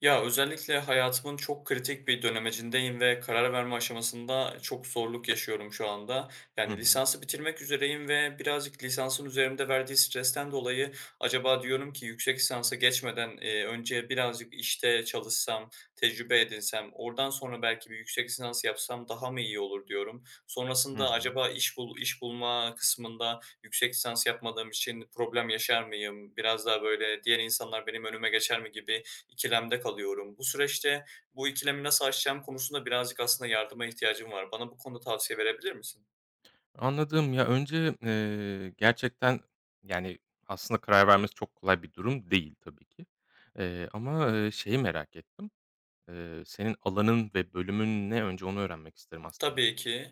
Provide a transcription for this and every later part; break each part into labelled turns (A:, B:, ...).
A: Ya, özellikle hayatımın çok kritik bir dönemecindeyim ve karar verme aşamasında çok zorluk yaşıyorum şu anda.
B: Hı
A: Yani
B: hı.
A: lisansı bitirmek üzereyim ve birazcık lisansın üzerimde verdiği stresten dolayı acaba diyorum ki yüksek lisansa geçmeden, önce birazcık işte çalışsam, tecrübe edinsem, oradan sonra belki bir yüksek lisans yapsam daha mı iyi olur diyorum.
B: Hı
A: Sonrasında
B: hı.
A: acaba iş bulma kısmında yüksek lisans yapmadığım için problem yaşar mıyım? Biraz daha böyle diğer insanlar benim önüme geçer mi gibi. İkilemde kalıyorum. Bu süreçte bu ikilemi nasıl aşacağım konusunda birazcık aslında yardıma ihtiyacım var. Bana bu konuda tavsiye verebilir misin?
B: Anladım. Ya, önce, gerçekten, yani, aslında karar vermesi çok kolay bir durum değil tabii ki. Ama, şeyi merak ettim. Senin alanın ve bölümün ne? Önce onu öğrenmek isterim aslında.
A: Tabii ki.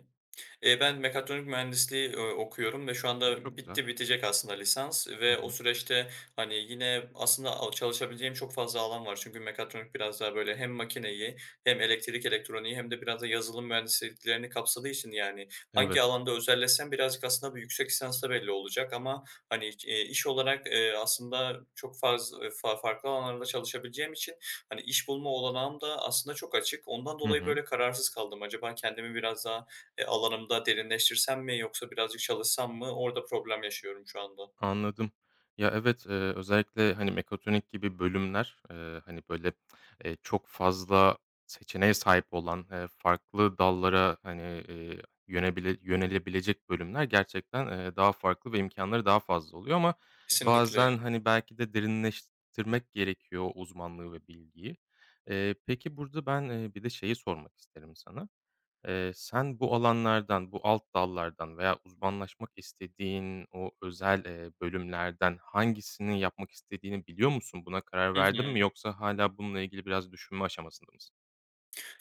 A: Ben mekatronik mühendisliği, okuyorum ve şu
B: Hı, çok
A: anda
B: güzel.
A: bitecek aslında lisans
B: Hı
A: ve o
B: hı.
A: süreçte, hani, yine aslında a çalışabileceğim çok fazla alan var. Çünkü mekatronik biraz daha böyle hem makineyi hem elektrik elektroniği hem de biraz da yazılım mühendisliklerini kapsadığı için, yani, hangi
B: Evet.
A: alanda özelleşsem birazcık aslında bir yüksek lisansta belli olacak ama, hani, iş olarak, aslında çok farz farklı alanlarda çalışabileceğim için, hani, iş bulma olanağım da aslında çok açık. Ondan
B: Hı
A: dolayı
B: hı.
A: böyle kararsız kaldım. Acaba kendimi biraz daha alanımda derinleştirsem mi yoksa birazcık çalışsam mı? Orada problem yaşıyorum şu anda.
B: Anladım. Ya, evet, özellikle, hani, mekatronik gibi bölümler, hani, böyle, çok fazla seçeneğe sahip olan, farklı dallara, hani, eee, yönelebilecek bölümler gerçekten, daha farklı ve imkânları daha fazla oluyor ama
A: Kesinlikle.
B: bazen, hani, belki de derinleştirmek gerekiyor o uzmanlığı ve bilgiyi. Peki burada ben, bir de şeyi sormak isterim sana. Sen bu alanlardan, bu alt dallardan veya uzmanlaşmak istediğin o özel, bölümlerden hangisini yapmak istediğini biliyor musun? Buna karar
A: Hı
B: verdin
A: hı.
B: mi yoksa hala bununla ilgili biraz düşünme aşamasında mısın?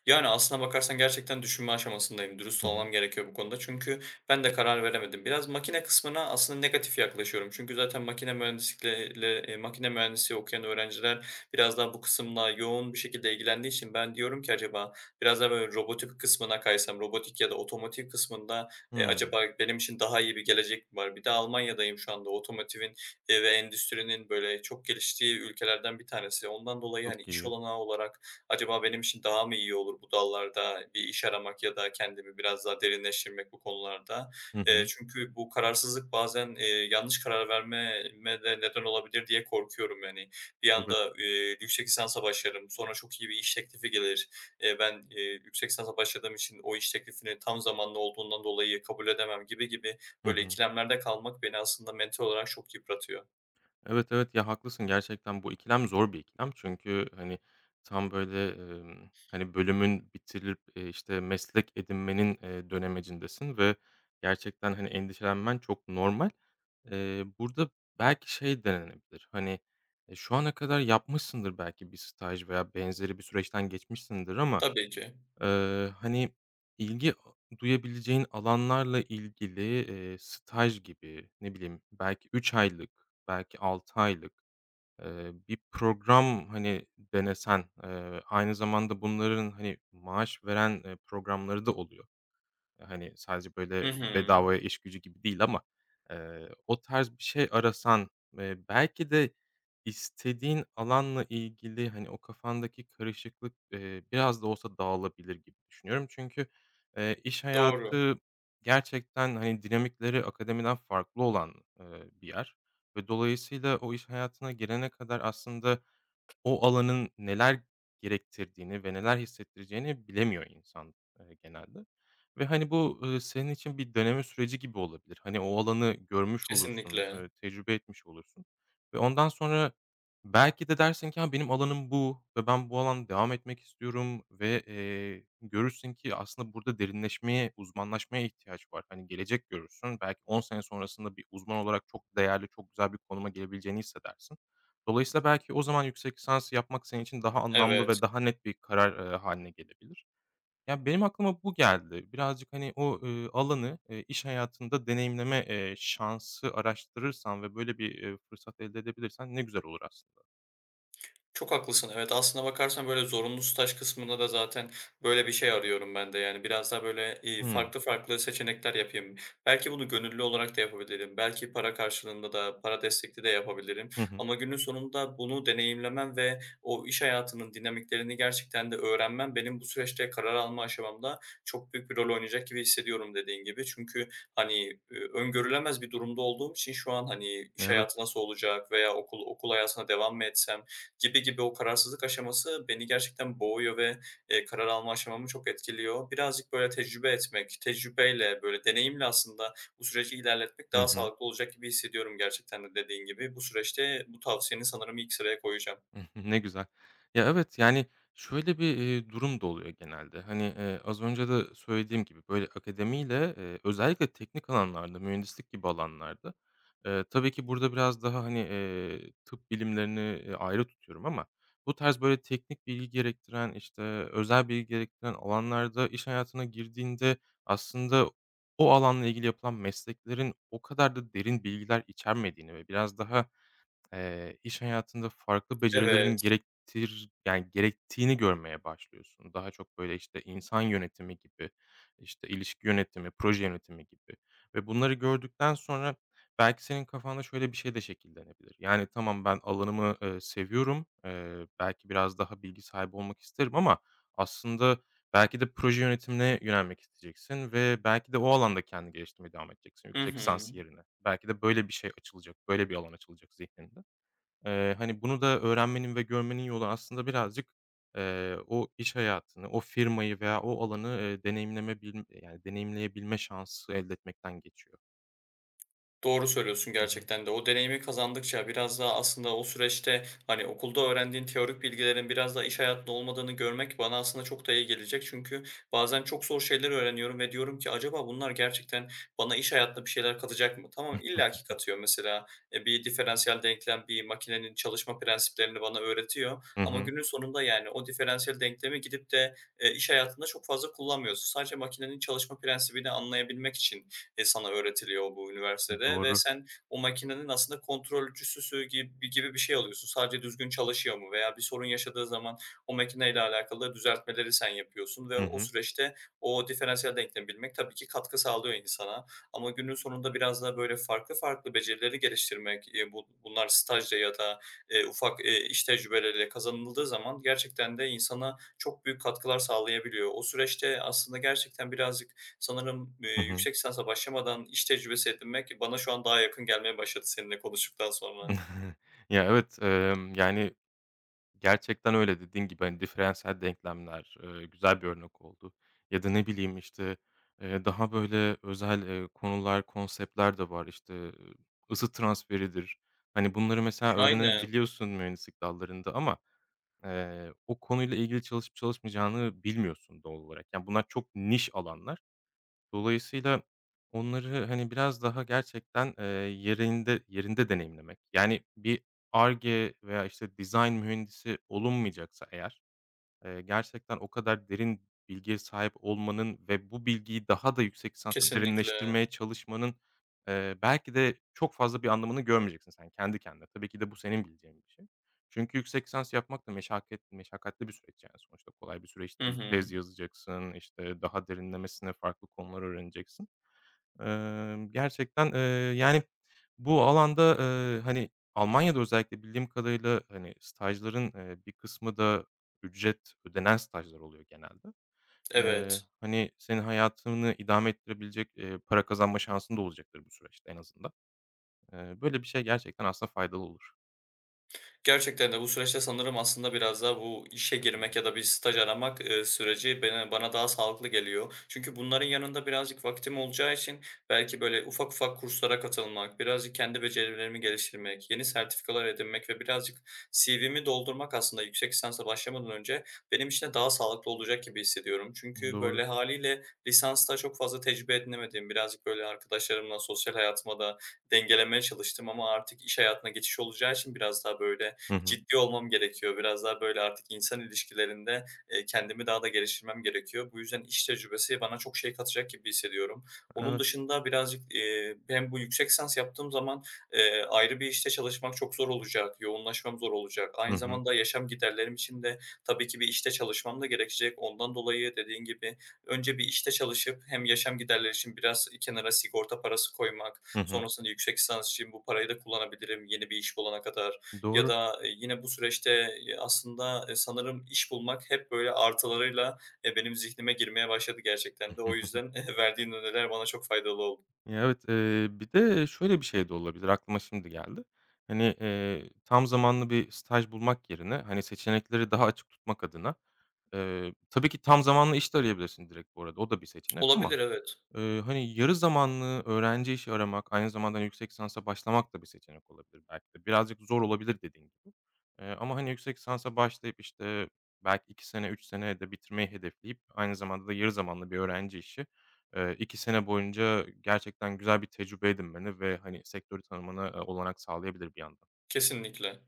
A: Yani, aslına bakarsan gerçekten düşünme aşamasındayım. Dürüst
B: Hı hı.
A: olmam gerekiyor bu konuda. Çünkü ben de karar veremedim. Biraz makine kısmına aslında negatif yaklaşıyorum. Çünkü zaten makine mühendisliği okuyan öğrenciler biraz daha bu kısımla yoğun bir şekilde ilgilendiği için ben diyorum ki acaba biraz daha böyle robotik kısmına kaysam, robotik ya da otomotiv kısmında,
B: Hımm.
A: acaba benim için daha iyi bir gelecek mi var? Bir de Almanya'dayım şu anda. Otomotivin, ve endüstrinin böyle çok geliştiği ülkelerden bir tanesi. Ondan dolayı, hani,
B: Çok
A: iş
B: iyi.
A: olanağı olarak acaba benim için daha mı iyi olur bu dallarda bir iş aramak ya da kendimi biraz daha derinleştirmek bu konularda?
B: Hı hı.
A: Çünkü bu kararsızlık bazen, yanlış karar vermeme de neden olabilir diye korkuyorum. Yani bir
B: Evet.
A: anda, yüksek lisansa başlarım, sonra çok iyi bir iş teklifi gelir. Ben yüksek lisansa başladığım için o iş teklifini tam zamanlı olduğundan dolayı kabul edemem gibi gibi
B: Hı
A: böyle
B: hı.
A: ikilemlerde kalmak beni aslında mental olarak çok yıpratıyor.
B: Evet, evet, ya, haklısın gerçekten bu ikilem zor bir ikilem. Çünkü, hani, tam böyle, hani, bölümün bitirilip, işte, meslek edinmenin, dönemecindesin ve gerçekten, hani, endişelenmen çok normal. Burada belki şey denenebilir, hani, şu ana kadar yapmışsındır belki bir staj veya benzeri bir süreçten geçmişsindir ama
A: Tabii ki.
B: Hani, ilgi duyabileceğin alanlarla ilgili, staj gibi, ne bileyim, belki 3 aylık, belki 6 aylık, bir program, hani, denesen, aynı zamanda bunların, hani, maaş veren, programları da oluyor. Hani, sadece,
A: Hı
B: böyle,
A: hı.
B: bedavaya iş gücü gibi değil ama, o tarz bir şey arasan, belki de istediğin alanla ilgili, hani, o kafandaki karışıklık, biraz da olsa dağılabilir gibi düşünüyorum. Çünkü, iş
A: Doğru.
B: hayatı gerçekten, hani, dinamikleri akademiden farklı olan, bir yer ve dolayısıyla o iş hayatına girene kadar aslında o alanın neler gerektirdiğini ve neler hissettireceğini bilemiyor insan, genelde ve, hani, bu, senin için bir deneme süreci gibi olabilir. Hani, o alanı görmüş olursun,
A: Kesinlikle.
B: tecrübe etmiş olursun ve ondan sonra belki de dersin ki, "Ha, benim alanım bu ve ben bu alanda devam etmek istiyorum." ve, görürsün ki aslında burada derinleşmeye, uzmanlaşmaya ihtiyaç var. Hani, gelecek görürsün, belki 10 sene sonrasında bir uzman olarak çok değerli, çok güzel bir konuma gelebileceğini hissedersin. Dolayısıyla belki o zaman yüksek lisans yapmak senin için daha anlamlı
A: Evet.
B: ve daha net bir karar, hâline gelebilir. Ya, benim aklıma bu geldi. Birazcık, hani, o, alanı, iş hayatında deneyimleme, şansı araştırırsan ve böyle bir, fırsat elde edebilirsen ne güzel olur aslında.
A: Çok haklısın. Evet, aslına bakarsan, böyle, zorunlu staj kısmında da zaten böyle bir şey arıyorum ben de. Yani biraz daha, böyle,
B: Hımm.
A: farklı farklı seçenekler yapayım. Belki bunu gönüllü olarak da yapabilirim. Belki para karşılığında da, para destekli de yapabilirim.
B: Hı hı.
A: Ama günün sonunda bunu deneyimlemem ve o iş hayatının dinamiklerini gerçekten de öğrenmem benim bu süreçte karar alma aşamamda çok büyük bir rol oynayacak gibi hissediyorum dediğin gibi. Çünkü, hani, öngörülemez bir durumda olduğum için şu an, hani, iş hayatı
B: Evet.
A: nasıl olacak veya okul hayatına devam mı etsem gibi gibi o kararsızlık aşaması beni gerçekten boğuyor ve, karar alma aşamamı çok etkiliyor. Birazcık böyle tecrübe etmek, tecrübeyle, böyle deneyimle aslında bu süreci ilerletmek
B: Hı
A: daha
B: hı.
A: sağlıklı olacak gibi hissediyorum gerçekten de dediğin gibi. Bu süreçte bu tavsiyeni sanırım ilk sıraya koyacağım.
B: Hı hı. Ne güzel. Ya, evet, yani, şöyle bir, durum da oluyor genelde. Hani, az önce de söylediğim gibi, böyle, akademiyle, özellikle teknik alanlarda, mühendislik gibi alanlarda, tabii ki burada biraz daha, hani, tıp bilimlerini, ayrı tutuyorum ama bu tarz, böyle, teknik bilgi gerektiren, işte, özel bilgi gerektiren alanlarda iş hayatına girdiğinde aslında o alanla ilgili yapılan mesleklerin o kadar da derin bilgiler içermediğini ve biraz daha iş hayatında farklı becerilerin
A: Evet.
B: gerektiğini görmeye başlıyorsun. Daha çok, böyle, işte, insan yönetimi gibi, işte, ilişki yönetimi, proje yönetimi gibi ve bunları gördükten sonra belki senin kafanda şöyle bir şey de şekillenebilir. Yani, tamam, ben alanımı, seviyorum, belki biraz daha bilgi sahibi olmak isterim ama aslında belki de proje yönetimine yönelmek isteyeceksin ve belki de o alanda kendini geliştirmeye devam edeceksin
A: Hı
B: yüksek
A: hı.
B: lisans yerine. Belki de böyle bir şey açılacak, böyle bir alan açılacak zihninde. Hani, bunu da öğrenmenin ve görmenin yolu aslında birazcık, o iş hayatını, o firmayı veya o alanı, deneyimleyebilme şansı elde etmekten geçiyor.
A: Doğru söylüyorsun
B: Hı hı.
A: gerçekten de. O deneyimi kazandıkça biraz daha aslında o süreçte, hani, okulda öğrendiğin teorik bilgilerin biraz daha iş hayatında olmadığını görmek bana aslında çok da iyi gelecek. Çünkü bazen çok zor şeyler öğreniyorum ve diyorum ki acaba bunlar gerçekten bana iş hayatında bir şeyler katacak mı? Tamam, illaki katıyor mesela, bir diferansiyel denklem, bir makinenin çalışma prensiplerini bana öğretiyor
B: Hı
A: ama
B: hı.
A: günün sonunda, yani, o diferansiyel denklemi gidip de, iş hayatında çok fazla kullanmıyorsun. Sadece makinenin çalışma prensibini anlayabilmek için sana öğretiliyor bu üniversitede ve
B: Doğru.
A: sen o makinenin aslında kontrolcüsü gibi gibi bir şey alıyorsun. Sadece düzgün çalışıyor mu veya bir sorun yaşadığı zaman o makineyle alakalı düzeltmeleri sen yapıyorsun ve
B: Hı
A: o
B: hı.
A: süreçte o diferansiyel denklemi bilmek tabii ki katkı sağlıyor insana. Ama günün sonunda biraz daha böyle farklı farklı becerileri geliştirmek, bunlar stajla ya da, ufak, iş tecrübeleriyle kazanıldığı zaman gerçekten de insana çok büyük katkılar sağlayabiliyor. O süreçte aslında gerçekten birazcık sanırım,
B: Hı hı.
A: yüksek lisansa başlamadan iş tecrübesi edinmek bana şu an daha yakın gelmeye başladı seninle konuştuktan sonra.
B: Ya, evet, yani gerçekten öyle dediğin gibi, hani, diferansiyel denklemler, güzel bir örnek oldu ya da ne bileyim, işte, daha böyle özel, konular, konseptler de var. İşte, ısı transferidir. Hani, bunları mesela
A: Aynen,
B: öğrenebiliyorsun mühendislik dallarında ama, o konuyla ilgili çalışıp çalışmayacağını bilmiyorsun doğal olarak. Yani, bunlar çok niş alanlar. Dolayısıyla onları, hani, biraz daha gerçekten, yerinde yerinde deneyimlemek, yani, bir Ar-Ge veya, işte, dizayn mühendisi olunmayacaksa eğer, gerçekten o kadar derin bilgiye sahip olmanın ve bu bilgiyi daha da yüksek lisansta
A: kesinlikle.
B: derinleştirmeye çalışmanın, belki de çok fazla bir anlamını görmeyeceksin sen kendi kendine. Tabii ki de bu senin bileceğin bir şey. Çünkü yüksek lisans yapmak da meşakkatli bir süreç, yani sonuçta kolay bir süreç
A: Hı
B: değil.
A: hı.
B: Tez yazacaksın, işte, daha derinlemesine farklı konular öğreneceksin. Gerçekten, yani, bu alanda, hani, Almanya'da özellikle bildiğim kadarıyla, hani, stajların, bir kısmı da ücret ödenen stajlar oluyor genelde.
A: Evet.
B: Hani, senin hayatını idame ettirebilecek, para kazanma şansın da olacaktır bu süreçte en azından. Böyle bir şey gerçekten aslında faydalı olur.
A: Gerçekten de bu süreçte sanırım aslında biraz daha bu işe
B: Hı
A: girmek
B: hı.
A: ya da bir staj aramak, süreci bana daha sağlıklı geliyor. Çünkü bunların yanında birazcık vaktim olacağı için belki böyle ufak ufak kurslara katılmak, birazcık kendi becerilerimi geliştirmek, yeni sertifikalar edinmek ve birazcık CV'mi doldurmak aslında yüksek lisansa başlamadan önce benim için de daha sağlıklı olacak gibi hissediyorum. Çünkü
B: Doğru.
A: böyle hâliyle lisansta çok fazla tecrübe edinemediğim, birazcık böyle arkadaşlarımla sosyal hayatıma da dengelemeye çalıştım ama artık iş hayatına geçiş olacağı için biraz daha böyle
B: Hı hı.
A: ciddi olmam gerekiyor. Biraz daha böyle artık insan ilişkilerinde, kendimi daha da geliştirmem gerekiyor. Bu yüzden iş tecrübesi bana çok şey katacak gibi hissediyorum. Onun
B: Evet.
A: dışında birazcık, hem bu yüksek lisans yaptığım zaman, ayrı bir işte çalışmak çok zor olacak, yoğunlaşmam zor olacak.
B: Hı
A: Aynı
B: hı.
A: zamanda yaşam giderlerim için de tabii ki bir işte çalışmam da gerekecek. Ondan dolayı dediğin gibi önce bir işte çalışıp hem yaşam giderleri için biraz kenara sigorta parası koymak,
B: Hı hı.
A: sonrasında yüksek lisans için bu parayı da kullanabilirim yeni bir iş bulana kadar ya
B: Doğru.
A: da, yine bu süreçte, aslında, sanırım iş bulmak hep böyle artılarıyla, benim zihnime girmeye başladı gerçekten de. O yüzden verdiğin öneriler bana çok faydalı oldu.
B: Ya, evet, bir de şöyle bir şey de olabilir, aklıma şimdi geldi. Hani, tam zamanlı bir staj bulmak yerine, hani, seçenekleri daha açık tutmak adına, tabii ki tam zamanlı iş de arayabilirsin direkt bu arada, o da bir seçenek
A: Olabilir,
B: ama,
A: evet.
B: Hani, yarı zamanlı öğrenci işi aramak, aynı zamanda, hani, yüksek lisansa başlamak da bir seçenek olabilir belki de. Birazcık zor olabilir dediğin gibi. Ama, hani, yüksek lisansa başlayıp, işte, belki 2 sene, 3 sene de bitirmeyi hedefleyip aynı zamanda da yarı zamanlı bir öğrenci işi, 2 sene boyunca gerçekten güzel bir tecrübe edinmeni ve, hani, sektörü tanımana, olanak sağlayabilir bir yandan.
A: Kesinlikle.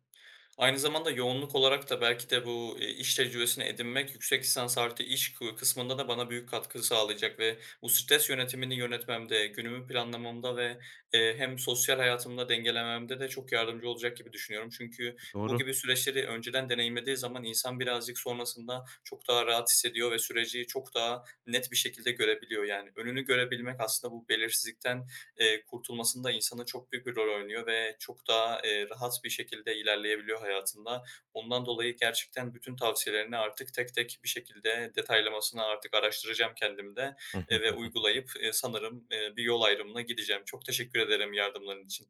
A: Aynı zamanda yoğunluk olarak da belki de bu, iş tecrübesini edinmek yüksek lisans artı iş kısmında da bana büyük katkı sağlayacak ve bu stres yönetimini yönetmemde, günümü planlamamda ve, hem sosyal hayatımda dengelememde de çok yardımcı olacak gibi düşünüyorum. Çünkü bu
B: Doğru.
A: gibi süreçleri önceden deneyimlediği zaman insan birazcık sonrasında çok daha rahat hissediyor ve süreci çok daha net bir şekilde görebiliyor. Yani önünü görebilmek aslında bu belirsizlikten kurtulmasında insanın çok büyük bir rol oynuyor ve çok daha, rahat bir şekilde ilerleyebiliyor hayatında. Ondan dolayı gerçekten bütün tavsiyelerini artık tek tek bir şekilde detaylamasını artık araştıracağım kendimde, ve uygulayıp, sanırım, bir yol ayrımına gideceğim. Çok teşekkür ederim yardımların için.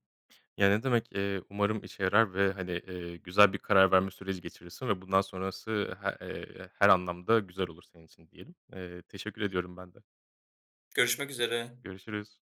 B: Ya, ne demek, umarım işe yarar ve, hani, güzel bir karar verme süreci geçirirsin ve bundan sonrası her anlamda güzel olur senin için diyelim. Teşekkür ediyorum ben de.
A: Görüşmek üzere.
B: Görüşürüz.